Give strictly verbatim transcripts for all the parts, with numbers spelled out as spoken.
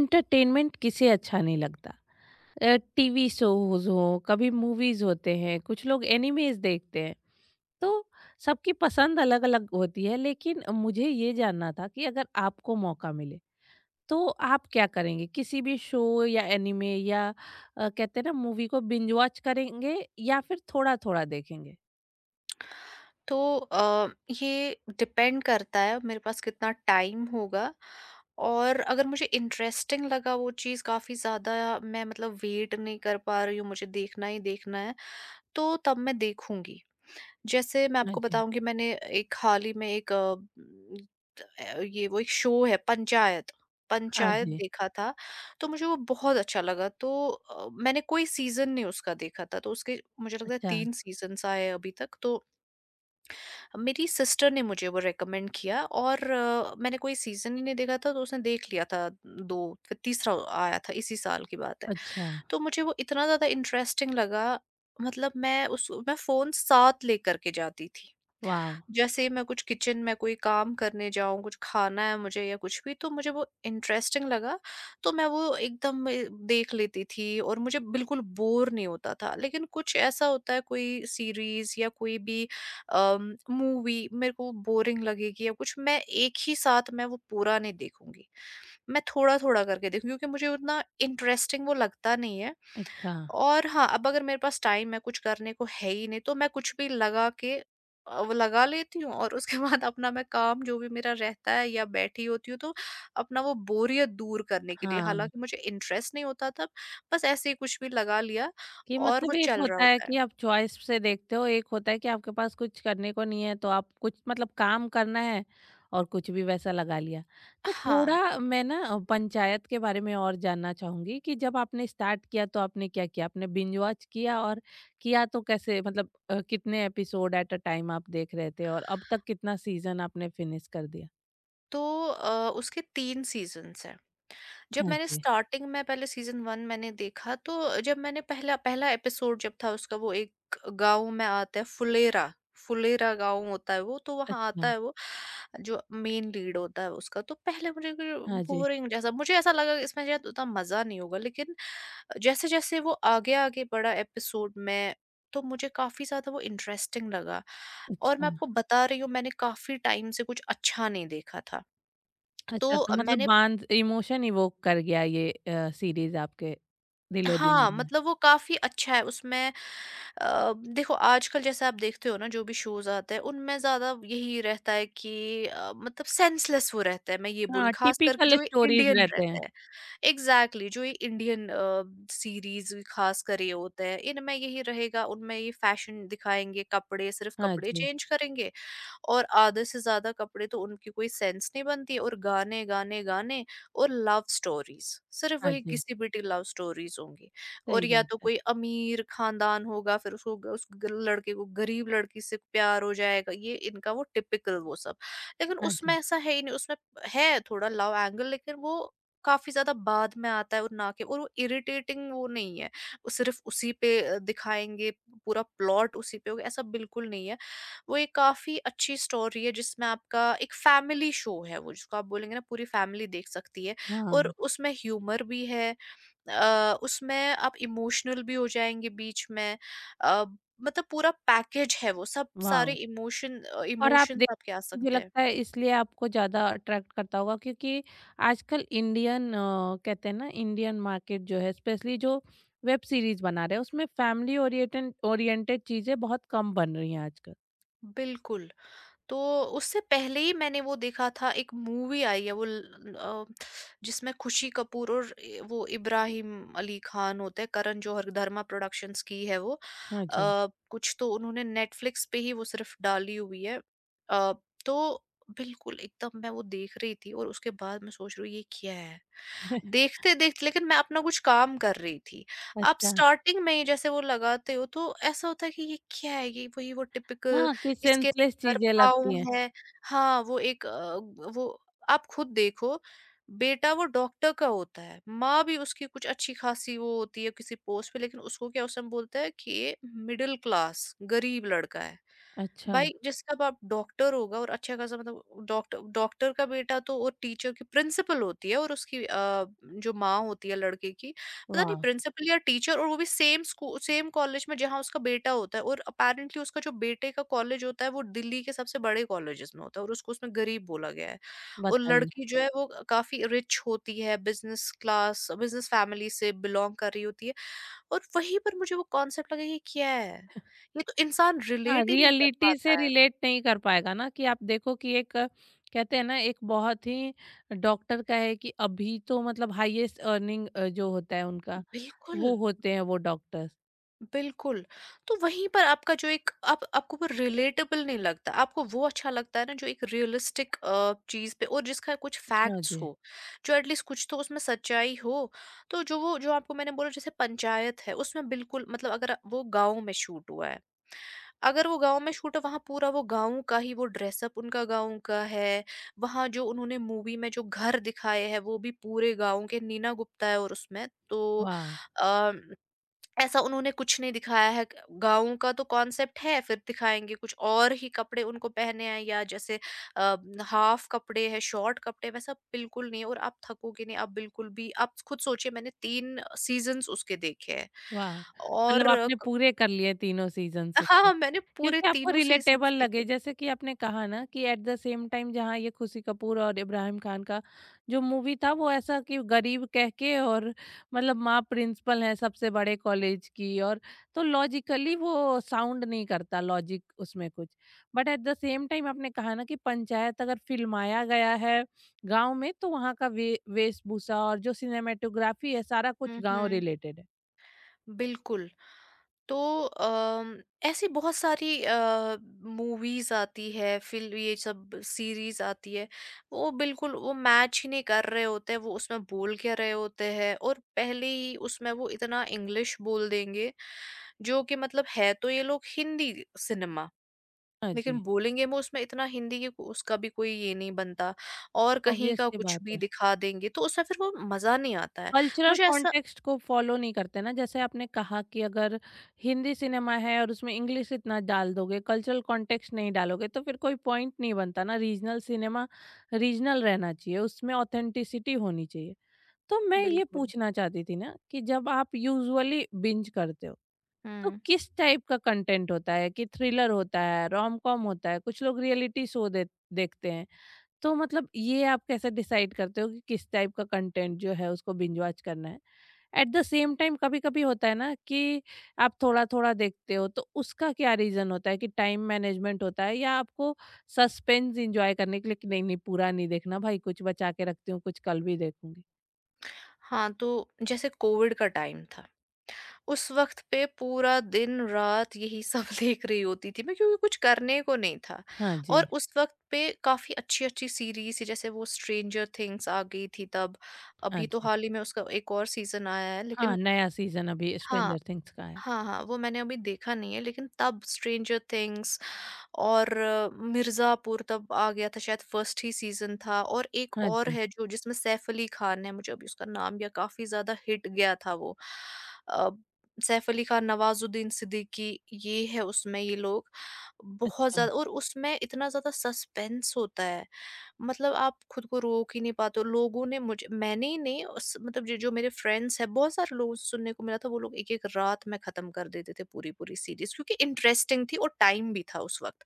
Entertainment किसे अच्छा नहीं लगता। टीवी शोज हो कभी मूवीज होते हैं कुछ लोग एनिमेज देखते हैं तो सबकी पसंद अलग अलग होती है लेकिन मुझे ये जानना था कि अगर आपको मौका मिले तो आप क्या करेंगे किसी भी शो या एनिमे या अ, कहते हैं ना मूवी को बिंज वॉच करेंगे या फिर थोड़ा थोड़ा देखेंगे। तो अ, ये डिपेंड करता है मेरे पास कितना टाइम होगा। और अगर मुझे इंटरेस्टिंग लगा वो चीज़ काफ़ी ज़्यादा, मैं मतलब वेट नहीं कर पा रही हूँ, मुझे देखना ही देखना है तो तब मैं देखूंगी। जैसे मैं हाँ आपको जी। बताऊंगी, मैंने एक हाल ही में एक अ, म, अ, ये वो एक शो है पंचायत हाँ पंचायत जी। देखा था। तो मुझे वो बहुत अच्छा लगा, तो अ, मैंने कोई सीजन नहीं उसका देखा था, तो उसके मुझे लगता है अच्छा। तीन सीजन्स आए हैं अभी तक। तो मेरी सिस्टर ने मुझे वो रेकमेंड किया और अ, मैंने कोई सीज़न ही नहीं देखा था, तो उसने देख लिया था दो फिर तीसरा आया था, इसी साल की बात है। अच्छा। तो मुझे वो इतना ज़्यादा इंटरेस्टिंग लगा, मतलब मैं उस मैं फ़ोन साथ लेकर के जाती थी। वाह। जैसे मैं कुछ किचन में कोई काम करने जाऊँ, कुछ खाना है मुझे या कुछ भी, तो मुझे वो इंटरेस्टिंग लगा, तो मैं वो एकदम अ, देख लेती थी और मुझे बिल्कुल बोर नहीं होता था। लेकिन कुछ ऐसा होता है, कोई सीरीज़ या कोई भी अम, मूवी मेरे को बोरिंग लगेगी या कुछ, मैं एक ही साथ मैं वो पूरा नहीं देखूँगी। मैं थोड़ा-थोड़ा करके देखूँ क्योंकि मुझे उतना इंटरेस्टिंग वो लगता नहीं है। अच्छा। और हाँ, अब अगर मेरे पास टाइम है, कुछ करने को है ही नहीं, तो मैं कुछ भी लगा के अ, वो लगा लेती हूँ और उसके बाद अपना मैं काम जो भी मेरा रहता है या बैठी होती हूँ, तो अपना वो बोरियत दूर करने के लिए, हाँ, हालाँकि मुझे इंटरेस्ट नहीं होता तब, बस ऐसे ही कुछ भी लगा लिया कि और वो मतलब एक चल रहा होता है होता है। कि आप चॉइस से देखते हो, एक होता है कि आपके पास कुछ करने को नहीं है, तो आप कुछ मतलब काम करना है और कुछ भी वैसा लगा लिया। तो हाँ, थोड़ा मैं ना अ, पंचायत के बारे में और जानना चाहूँगी कि जब आपने स्टार्ट किया तो आपने क्या किया? आपने बिंज वॉच किया और किया तो कैसे मतलब अ, कितने एपिसोड एट अ टाइम आप देख रहे थे और अब तक कितना सीज़न आपने फिनिश कर दिया? तो अ, उसके तीन सीज़न्स हैं। जब हाँ मैंने जी। स्टार्टिंग में पहले सीजन वन मैंने देखा तो जब मैंने पहला पहला एपिसोड जब था उसका, वो एक गाँव में आता है फुलेरा, फुलेरा गाँव होता है वो, तो वहाँ आता अच्छा। है वो जो मेन लीड होता है उसका। तो पहले मुझे हाँ जी। बोरिंग जैसा मुझे ऐसा लगा कि इसमें शायद उतना मज़ा नहीं होगा, लेकिन जैसे-जैसे वो आगे-आगे बढ़ा एपिसोड में, तो मुझे काफ़ी ज़्यादा वो इंटरेस्टिंग लगा। और मैं अच्छा। आपको बता रही हूँ, मैंने काफ़ी टाइम से कुछ अच्छा नहीं देखा था। अच्छा, तो तो मतलब मैंने बांध इमोशन इवोक कर गया ये अ, सीरीज़ आपके हाँ, दिलो-दिमाग में। मतलब वो काफ़ी अच्छा है उसमें। अ, देखो आजकल जैसे आप देखते हो ना, जो भी शोज़ आते हैं, उनमें ज़्यादा यही रहता है कि अ, मतलब सेंसलेस वो रहता है, मैं ये बोलूँ, हाँ, ख़ास करके टिपिकल जो ये स्टोरीज़ इंडियन रहते रहता हैं। है। एग्ज़ैक्टली, जो ये इंडियन अ, सीरीज़ ख़ासकर ये होते हैं, इनमें यही रहेगा, उनमें ये फ़ैशन दिखाएँगे, कपड़े सिर्फ़ हाँ कपड़े जी। चेंज करेंगे। और आधे से ज़्यादा कपड़े तो उनकी कोई सेंस नहीं बनती, और गाने, गाने, गाने, और लव स्टोरीज़, सिर्फ़ हाँ वही जी, घिसी-पिटी लव स्टोरीज़ होंगी। और सही या बात तो है। कोई अमीर ख़ानदान होगा, फिर उसको ग उस ग लड़के को गरीब लड़की से प्यार हो जाएगा, ये इनका वो टिपिकल वो सब। लेकिन हाँ उसमें जी। ऐसा है ही नहीं, उसमें है थोड़ा लव एंगल, लेकिन वो काफ़ी ज़्यादा बाद में आता है, और ना के और वो इरिटेटिंग वो नहीं है, वो सिर्फ़ उसी पे अ, दिखाएँगे, पूरा प्लॉट उसी पे होगा, ऐसा बिल्कुल नहीं है। वो एक काफ़ी अच्छी स्टोरी है, जिसमें आपका एक फैमिली शो है वो, जिसको आप बोलेंगे ना पूरी फैमिली देख सकती है। हाँ। और उसमें ह्यूमर भी है, अ, उसमें आप इमोशनल भी हो जाएँगे बीच में, अ, मतलब पूरा पैकेज है, वो सब सारे वॉव! इमोशन अ, और आप इमोशंस देख आपके आ मुझे सकते हैं। लगता है इसलिए आपको ज़्यादा अट्रैक्ट करता होगा क्योंकि आजकल इंडियन अ, कहते हैं ना इंडियन मार्केट जो है स्पेशली जो वेब सीरीज़ बना रहे हैं उसमें फैमिली ओरिएटेड ओरिएंटेड चीज़ें बहुत कम बन रही हैं आजकल। बिल्कुल। तो उससे पहले ही मैंने वो देखा था, एक मूवी आई है वो ल- अ, जिसमें खुशी कपूर और इ- वो इब्राहिम अली खान होते हैं, करण जौहर धर्मा प्रोडक्शंस की है वो। हाँ जी। अ, कुछ तो उन्होंने नेटफ्लिक्स पे ही वो सिर्फ डाली हुई है, अ, तो बिल्कुल एकदम मैं वो देख रही थी और उसके बाद मैं सोच रही हूँ ये क्या है, देखते देखते, लेकिन मैं अपना कुछ काम कर रही थी। आप अच्छा, स्टार्टिंग में ही जैसे वो लगाते हो तो ऐसा होता है कि ये क्या है, ये वही वो टिपिकल। हाँ, कि इसके सेंसलेस कर चीज़ें पाऊँ लगती हैं। है। हाँ, वो एक अ, वो आप खुद देखो। बेटा वो डॉक्टर का होता है, माँ भी उसकी कुछ अच्छी-खासी वो होती है किसी पोस्ट पे, लेकिन उसको क्या उस समय बोलता है कि ये मिडल क्लास गरीब लड़का है। अच्छा। भाई जिसका बाप डॉक्टर होगा और अच्छा खासा, मतलब डॉक्टर, डॉक्टर का बेटा तो, और टीचर की प्रिंसिपल होती है, और उसकी अ, जो माँ होती है लड़के की, पता नहीं वाह! प्रिंसिपल या टीचर, और वो भी सेम स्कूल सेम कॉलेज में जहाँ उसका बेटा होता है, और अपेरेंटली उसका जो बेटे का कॉलेज होता है वो दिल्ली के सबसे बड़े कॉलेजेस में होता है, और उसको उसमें गरीब बोला गया है। और बताइए। लड़की जो है वो काफी रिच होती है, बिजनेस क्लास बिजनेस फैमिली से बिलोंग कर रही होती है। और वहीं पर मुझे वो कॉन्सेप्ट लगा ये क्या है, ये तो इंसान हाँ, रिलेट ही नहीं कर रियलिटी से पाता है। रिलेट नहीं कर पाएगा ना कि आप देखो कि एक अ, कहते हैं ना एक बहुत ही डॉक्टर का है कि अभी तो मतलब हाईएस्ट अर्निंग अ, जो होता है उनका, बिल्कुल, वो होते हैं वो डॉक्टर्स। बिल्कुल। तो वहीं पर आपका जो एक आप आपको वो रिलेटेबल नहीं लगता, आपको वो अच्छा लगता है ना जो एक रियलिस्टिक अ, चीज़ पे और जिसका कुछ हाँ फैक्ट्स जी। हो, जो एट लीस्ट कुछ तो उसमें सच्चाई हो। तो जो वो जो आपको मैंने बोला जैसे पंचायत है, उसमें बिल्कुल मतलब अगर वो गाँव में शूट हुआ है, अगर वो गाँव में शूट है वहाँ पूरा वो गाँव का ही वो ड्रेसअप, उनका गाँव का है, वहाँ जो उन्होंने मूवी में जो घर दिखाए हैं वो भी पूरे गाँव के, नीना गुप्ता है और उसमें तो वाव! अ ऐसा उन्होंने कुछ नहीं दिखाया है। गाँव का तो कॉन्सेप्ट है, फिर दिखाएँगे कुछ और ही कपड़े उनको पहने हैं या जैसे अ, हाफ कपड़े हैं, शॉर्ट कपड़े, वैसा बिल्कुल नहीं है और आप थकोगे नहीं, आप बिल्कुल भी आप खुद सोचिए मैंने तीन सीज़न्स उसके देखे हैं वाव! मतलब और अ, आपने क पूरे कर लिए तीनों सीज़न्स। हाँ, हाँ, मैंने पूरे क्योंकि आपको तीनों सीज़न्स रिलेटेबल लगे देखे। जैसे कि आपने कहा ना कि एट द सेम टाइम जहाँ ये खुशी कपूर और इब्राहिम खान का जो मूवी था वो ऐसा कि गरीब कह के और मतलब माँ प्रिंसिपल है सबसे बड़े कॉलेज की और तो लॉजिकली वो साउंड नहीं करता लॉजिक उसमें कुछ but at the same time आपने कहा ना कि पंचायत अगर फिल्माया गया है गांव में तो वहाँ का वे वेशभूषा और जो सिनेमेटोग्राफी है सारा कुछ हुँ, गांव हुँ। रिलेटेड है। बिल्कुल। तो अम, ऐसी बहुत सारी अ, मूवीज़ आती है, फ़िल्म ये सब सीरीज़ आती है, वो बिल्कुल वो मैच ही नहीं कर रहे होते हैं, वो उसमें बोल क्या रहे होते हैं, और पहले ही उसमें वो इतना इंग्लिश बोल देंगे, जो कि मतलब है तो ये लोग हिंदी सिनेमा, हाँ लेकिन जी। बोलेंगे वो उसमें इतना हिंदी कि को- उसका भी कोई ये नहीं बनता, और कहीं ऑब्वियस का सी कुछ बात भी है, दिखा देंगे, तो उसमें फिर वो मज़ा नहीं आता है। कल्चरल मुझे ऐसा कॉन्टेक्स्ट को फॉलो नहीं करते ना। जैसे आपने कहा कि अगर हिंदी सिनेमा है और उसमें इंग्लिश इतना डाल दोगे, कल्चरल कॉन्टेक्स्ट नहीं डालोगे तो फिर कोई पॉइंट नहीं बनता ना। रीजनल सिनेमा रीजनल रहना चाहिए, उसमें ऑथेंटिसिटी होनी चाहिए। तो मैं ये बिल्कुल। पूछना चाहती थी ना कि जब आप यूजुअली बिंज करते हो तो हुँ। किस टाइप का कंटेंट होता है कि थ्रिलर होता है, रोम कॉम होता है, कुछ लोग रियलिटी शो दे देखते हैं। तो मतलब ये आप कैसे डिसाइड करते हो कि किस टाइप का कंटेंट जो है उसको बिंज वॉच करना है। एट द सेम टाइम कभी-कभी होता है ना कि आप थोड़ा-थोड़ा देखते हो, तो उसका क्या रीज़न होता है कि टाइम मैनेजमेंट होता है या आपको सस्पेंस एन्जॉय करने के लिए कि नहीं-नहीं पूरा नहीं देखना भाई, कुछ बचा के रखती हूँ, कुछ कल भी देखूँगी? हाँ, तो जैसे कोविड का टाइम था, उस वक़्त पे पूरा दिन-रात यही सब देख रही होती थी मैं क्योंकि कुछ करने को नहीं था, हाँ जी। और उस वक़्त पे काफ़ी अच्छी-अच्छी सीरीज़ जैसे वो स्ट्रेंजर थिंग्स आ गई थी तब। हाँ अभी तो जी। हाल ही में उसका एक और सीज़न आया है हाँ, लेकिन नया सीज़न अभी हाँ, स्ट्रेंजर थिंग्स का है। हाँ, हाँ, वो मैंने अभी देखा नहीं है, लेकिन तब स्ट्रेंजर थिंग्स और अ, मिर्ज़ापुर तब आ गया था, शायद फर्स्ट ही सीज़न था, और एक हाँ और जी। है जो जिसमें सैफ अली ख़ान है, मुझे अभी उसका नाम या काफ़ी ज़्यादा हिट गया था वो। अ, सैफ अली ख़ान, नवाज़ुद्दीन सिद्दीकी, ये है उसमें ये लोग बहुत अच्छा। ज़्यादा, और उसमें इतना ज़्यादा सस्पेंस होता है। मतलब आप खुद को रोक ही नहीं पाते हो। लोगों ने मुझे मैंने ही नहीं, उस मतलब जो जो मेरे फ्रेंड्स हैं, बहुत सारे लोगों से सुनने को मिला था वो लोग एक-एक रात में खत्म कर देते थे पूरी-पूरी सीरीज क्योंकि इंटरेस्टिंग थी और टाइम भी था उस वक़्त।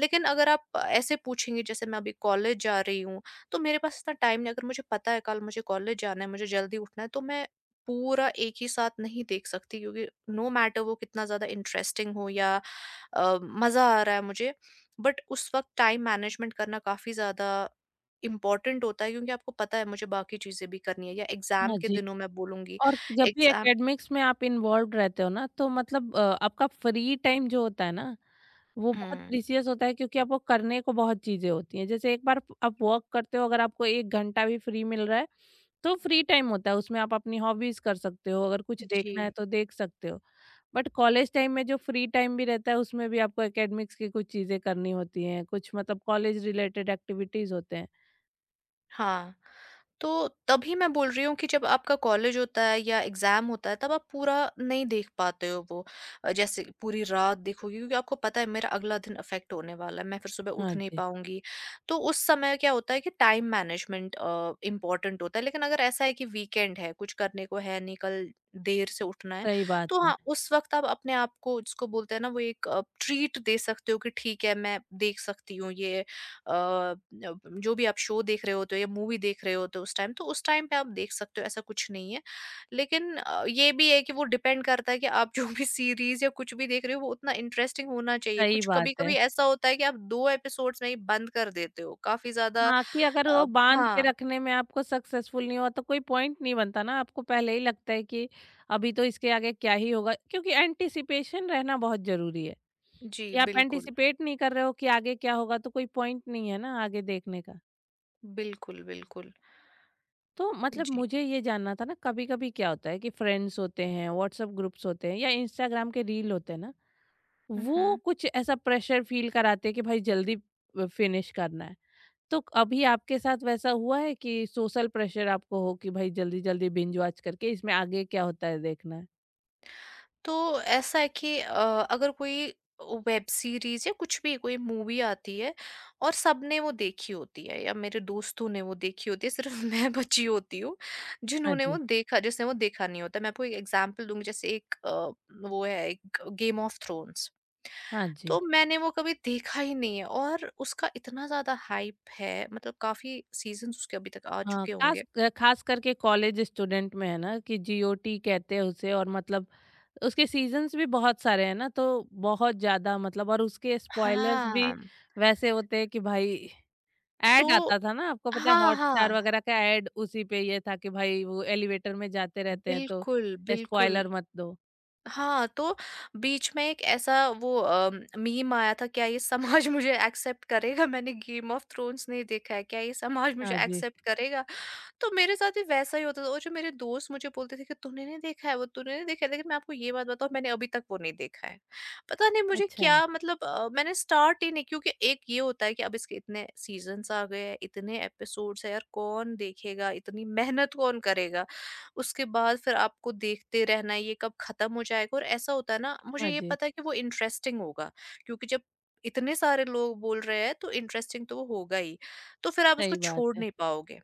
लेकिन अगर आप ऐसे पूछेंगे जैसे मैं अभी कॉलेज जा रही हूँ, तो मेरे पास इतना टाइम नहीं, अगर मुझे पता है कल मुझे कॉलेज जाना है, मुझे जल्दी उठना है, तो मैं पूरा एक ही साथ नहीं देख सकती, क्योंकि नो मैटर वो कितना ज़्यादा इंटरेस्टिंग हो या अ, मज़ा आ रहा है मुझे, बट उस वक़्त टाइम मैनेजमेंट करना काफ़ी ज़्यादा इम्पोर्टेंट होता है, क्योंकि आपको पता है मुझे बाकी चीज़ें भी करनी है, या एग्ज़ाम हाँ के जी, दिनों मैं बोलूँगी और जब भी एग्ज़ाम। एकेडमिक्स में आप इन्वॉल्व्ड रहते हो ना, तो मतलब अ, आपका फ्री टाइम जो होता है ना वो बहुत हुँ, प्रीसियस होता है क्योंकि आपको करने को बहुत चीजें होती हैं। जैसे एक बार फ- आप वर्क करते हो, अगर आपको एक घंटा भी फ्री मिल रहा है तो फ्री टाइम होता है उसमें आप अपनी हॉबीज कर सकते हो, अगर कुछ जी। देखना है तो देख सकते हो। बट कॉलेज टाइम में जो फ्री टाइम भी रहता है उसमें भी आपको एकेडमिक्स की कुछ चीजें करनी होती हैं, कुछ मतलब कॉलेज रिलेटेड एक्टिविटीज होते हैं। हाँ, तो तभी मैं बोल रही हूँ कि जब आपका कॉलेज होता है या एग्ज़ाम होता है, तब आप पूरा नहीं देख पाते हो वो। अ, जैसे पूरी रात देखोगे क्योंकि आपको पता है मेरा अगला दिन अफ़ेक्ट होने वाला है, मैं फिर सुबह हाँ उठ नहीं जी। पाऊँगी। तो उस समय क्या होता है कि टाइम मैनेजमेंट अ, इम्पोर्टेंट होता है, लेकिन अगर ऐसा है कि वीकेंड है, कुछ करने को है नहीं, कल देर से उठना है, सही बात तो है। हाँ, उस वक़्त आप अपने आप को, जिसको बोलते हैं ना, वो एक अ, ट्रीट दे सकते हो कि ठीक है, मैं देख सकती हूँ ये अ, न जो भी आप शो देख रहे होते हो या मूवी देख रहे होते हो उस टाइम, तो उस टाइम पे आप देख सकते हो, ऐसा कुछ नहीं है। लेकिन अ, ये भी है कि वो डिपेंड करता है कि आप जो भी सीरीज़ या कुछ भी देख रहे हो, वो उतना इंटरेस्टिंग होना चाहिए। सही कुछ बात है। कभी-कभी ऐसा होता है कि आप दो एपिसोड्स में ही बंद कर देते हो, काफ़ी ज़्यादा हाँ, कि अगर वो अ, बाँध के हाँ। रखने में आपको सक्सेसफुल नहीं हुआ तो कोई पॉइंट नहीं बनता ना, आपको पहले ही लगता है कि अभी तो इसके आगे क्या ही होगा, क्योंकि एंटीसिपेशन रहना बहुत ज़रूरी है। जी, कि आप बिल्कुल। एंटीसिपेट नहीं कर रहे हो कि आगे क्या होगा तो कोई पॉइंट नहीं है ना आगे देखने का। बिल्कुल, बिल्कुल। तो मतलब जी। मुझे ये जानना था ना, कभी-कभी क्या होता है कि फ्रेंड्स होते हैं, व्हाट्सएप ग्रुप्स होते हैं या इंस्टाग्राम के रील होते हैं ना, हुँ, वो हुँ। कुछ ऐसा प्रेशर फ़ील कराते हैं कि भाई जल्दी अ, फिनिश करना है। तो अभी आपके साथ वैसा हुआ है कि सोशल प्रेशर आपको हो कि भाई जल्दी-जल्दी बिंज वॉच करके इसमें आगे क्या होता है देखना है? तो ऐसा है कि अ, अगर कोई वेब सीरीज या कुछ भी कोई मूवी आती है और सबने वो देखी होती है या मेरे दोस्तों ने वो देखी होती है, सिर्फ मैं बची होती हूँ हाँ जिन्होंने वो जी। देखा, जिसने वो देखा नहीं होता। मैं आपको एक एग्जांपल दूंगी, जैसे एक अ, वो है, एक गेम ऑफ थ्रोन्स। हाँ जी। तो मैंने वो कभी देखा ही नहीं है और उसका इतना ज्यादा हाइप है, मतलब काफी सीजन उसके अभी तक आ हाँ, चुके खास होंगे। अ, खास करके कॉलेज स्टूडेंट में है ना कि जीओटी कहते हैं उसे, और मतलब उसके सीज़न्स भी बहुत सारे हैं ना, तो बहुत ज़्यादा मतलब। और उसके स्पॉयलर्स भी हाँ। वैसे होते हैं कि भाई तो ऐड आता था ना, आपको पता है हाँ हाँ, हॉटस्टार वगैरह का ऐड, उसी पे ये था कि भाई वो एलिवेटर में जाते रहते हैं तो बिल्कुल बिल्कुल। स्पॉइलर मत दो। हाँ, तो बीच में एक ऐसा वो अ, मीम आया था, क्या ये समाज मुझे एक्सेप्ट करेगा? मैंने गेम ऑफ थ्रोन्स नहीं देखा है, क्या ये समाज मुझे हाँ जी। एक्सेप्ट करेगा? तो मेरे साथ भी वैसा ही होता था, और जो मेरे दोस्त मुझे बोलते थे कि तूने नहीं देखा है वो, तूने नहीं देखा है, लेकिन मैं आपको ये बात बताऊँ, मैंने अभी तक वो नहीं देखा है। पता नहीं मुझे अच्छा। क्या, मतलब अ, मैंने स्टार्ट ही नहीं, क्योंकि एक ये होता है कि अब इसके इतने सीज़न्स आ गए हैं, इतने एपिसोड्स हैं, यार कौन देखेगा, इतनी मेहनत कौन करेगा? उसके बाद फिर आपको देखते रहना है ये कब ख़त्म हो जाएगा। और ऐसा होता है ना, मुझे हाँ ये जी। पता है कि वो इंटरेस्टिंग होगा, क्योंकि जब इतने सारे लोग बोल रहे हैं तो इंटरेस्टिंग तो वो होगा ही। तो फिर आप उसको सही बात छोड़ है। नहीं पाओगे।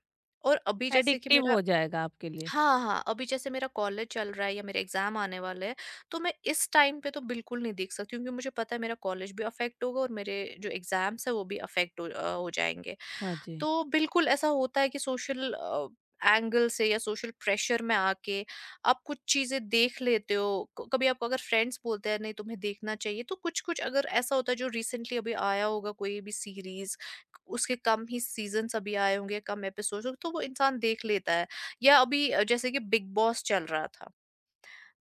और अभी जैसे कि एडिक्टिव मेरा। हो जाएगा आपके लिए। हाँ, हाँ, अभी जैसे मेरा कॉलेज चल रहा है या मेरे एग्ज़ाम आने वाले हैं, तो मैं इस टाइम पे तो बिल्कुल नहीं देख सकती हूँ, क्योंकि मुझे पता है मेरा कॉलेज भी अफ़ेक्ट होगा और मेरे जो एग्ज़ाम्स हैं वो भी अफ़ेक्ट हो अ, हो जाएँगे। हाँ जी। तो बिल्कुल ऐसा होता है कि सोशल अ, एंगल से या सोशल प्रेशर में आके आप कुछ चीज़ें देख लेते हो। क कभी आपको अगर फ्रेंड्स बोलते हैं नहीं, तुम्हें देखना चाहिए, तो कुछ-कुछ अगर ऐसा होता है जो रिसेंटली अभी आया होगा कोई भी सीरीज़, उसके कम ही सीज़न्स अभी आए होंगे, कम एपिसोड्स, तो वो इंसान देख लेता है। या अभी अ, जैसे कि बिग बॉस चल रहा था,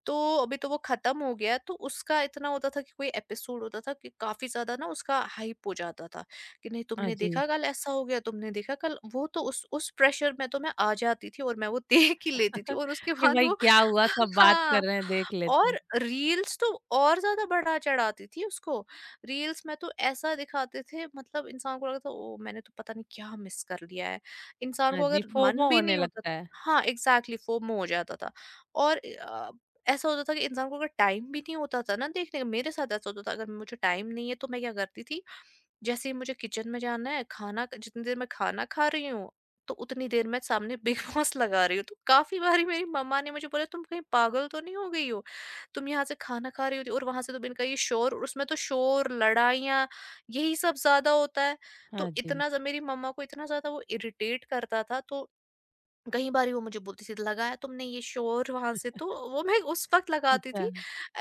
तो अभी तो वो खत्म हो गया, तो उसका इतना होता था कि कोई एपिसोड होता था कि काफी ज्यादा ना उसका हाइप हो जाता था कि नहीं, हाँ तुमने जी। देखा कल ऐसा हो गया, तुमने देखा कल वो, तो उस उस प्रेशर में तो मैं आ जाती थी और मैं वो देख ही लेती थी, और उसके कि बाद भाई वो। क्या हुआ, सब बात कर हाँ। रहे हैं, देख लेते और हैं। रील्स तो और ज्यादा बढ़ा चढ़ाती थी उसको। रील्स में तो ऐसा दिखाते थे, मतलब इंसान को लगता था, ओ मैंने तो पता नहीं क्या मिस कर लिया है। इंसान को हाँ जी, अगर मन फोमो भी होने नहीं होता लगता था। है। हाँ, एग्जैक्टली exactly, फोमो हो जाता था। और ऐसा होता था कि इंसान को अगर टाइम भी नहीं होता था ना देखने का, मेरे साथ ऐसा होता था, अगर मुझे टाइम नहीं है तो मैं क्या करती थी, जैसे ही मुझे किचन में जाना है खाना, जितनी देर मैं खाना खा रही हूँ तो उतनी देर मैं सामने बिग बॉस लगा रही हूँ। तो काफी बारी मेरी मम्मा ने मुझे बोला, तुम कहीं पागल तो नहीं हो गई हो, तुम यहाँ से खाना खा रही होती और वहां से तुम इनका ये शोर, और उसमें तो शोर लड़ाइयाँ यही सब ज्यादा होता है। तो हाँ जी। इतना ज- मेरी मम्मा को इतना ज्यादा वो इरिटेट करता था, तो कई बारी वो मुझे बोलती थी, लगाया तुमने ये शोर वहां से, तो वो मैं उस वक्त लगाती अच्छा। थी।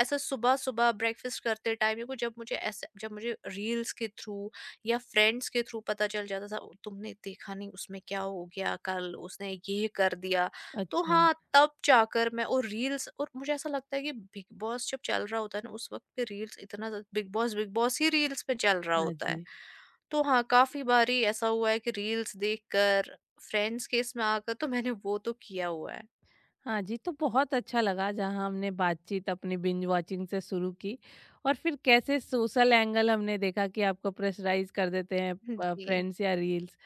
ऐसा सुबह सुबह ब्रेकफास्ट करते टाइम को, जब मुझे ऐसे, जब मुझे रील्स के थ्रू या फ्रेंड्स के थ्रू पता चल जाता था, "ओ, तुमने देखा नहीं उसमें क्या हो गया कल उसने ये कर दिया"। तो अच्छा। हाँ, तब जाकर मैं और रील्स, और मुझे ऐसा लगता है कि बिग बॉस जब चल रहा होता है ना उस वक्त पे रील्स इतना ज्यादा- बिग बॉस बिग बॉस ही रील्स पे चल रहा हाँ होता है। जी। तो हाँ, काफी बारी ऐसा हुआ है कि रील्स देखकर, फ्रेंड्स के इसमें आकर, तो मैंने वो तो किया हुआ है। हाँ जी, तो बहुत अच्छा लगा जहाँ हमने बातचीत अपनी बिंज वॉचिंग से शुरू की और फिर कैसे सोशल एंगल हमने देखा कि आपको प्रेशराइज़ कर देते हैं अ, जी, फ्रेंड्स या रील्स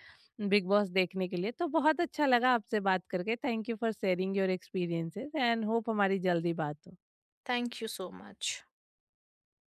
बिग बॉस देखने के लिए। तो बहुत अच्छा लगा आपसे बात करके। Thank you for sharing your experiences and hope हमारी जल्दी बात हो। Thank you so much.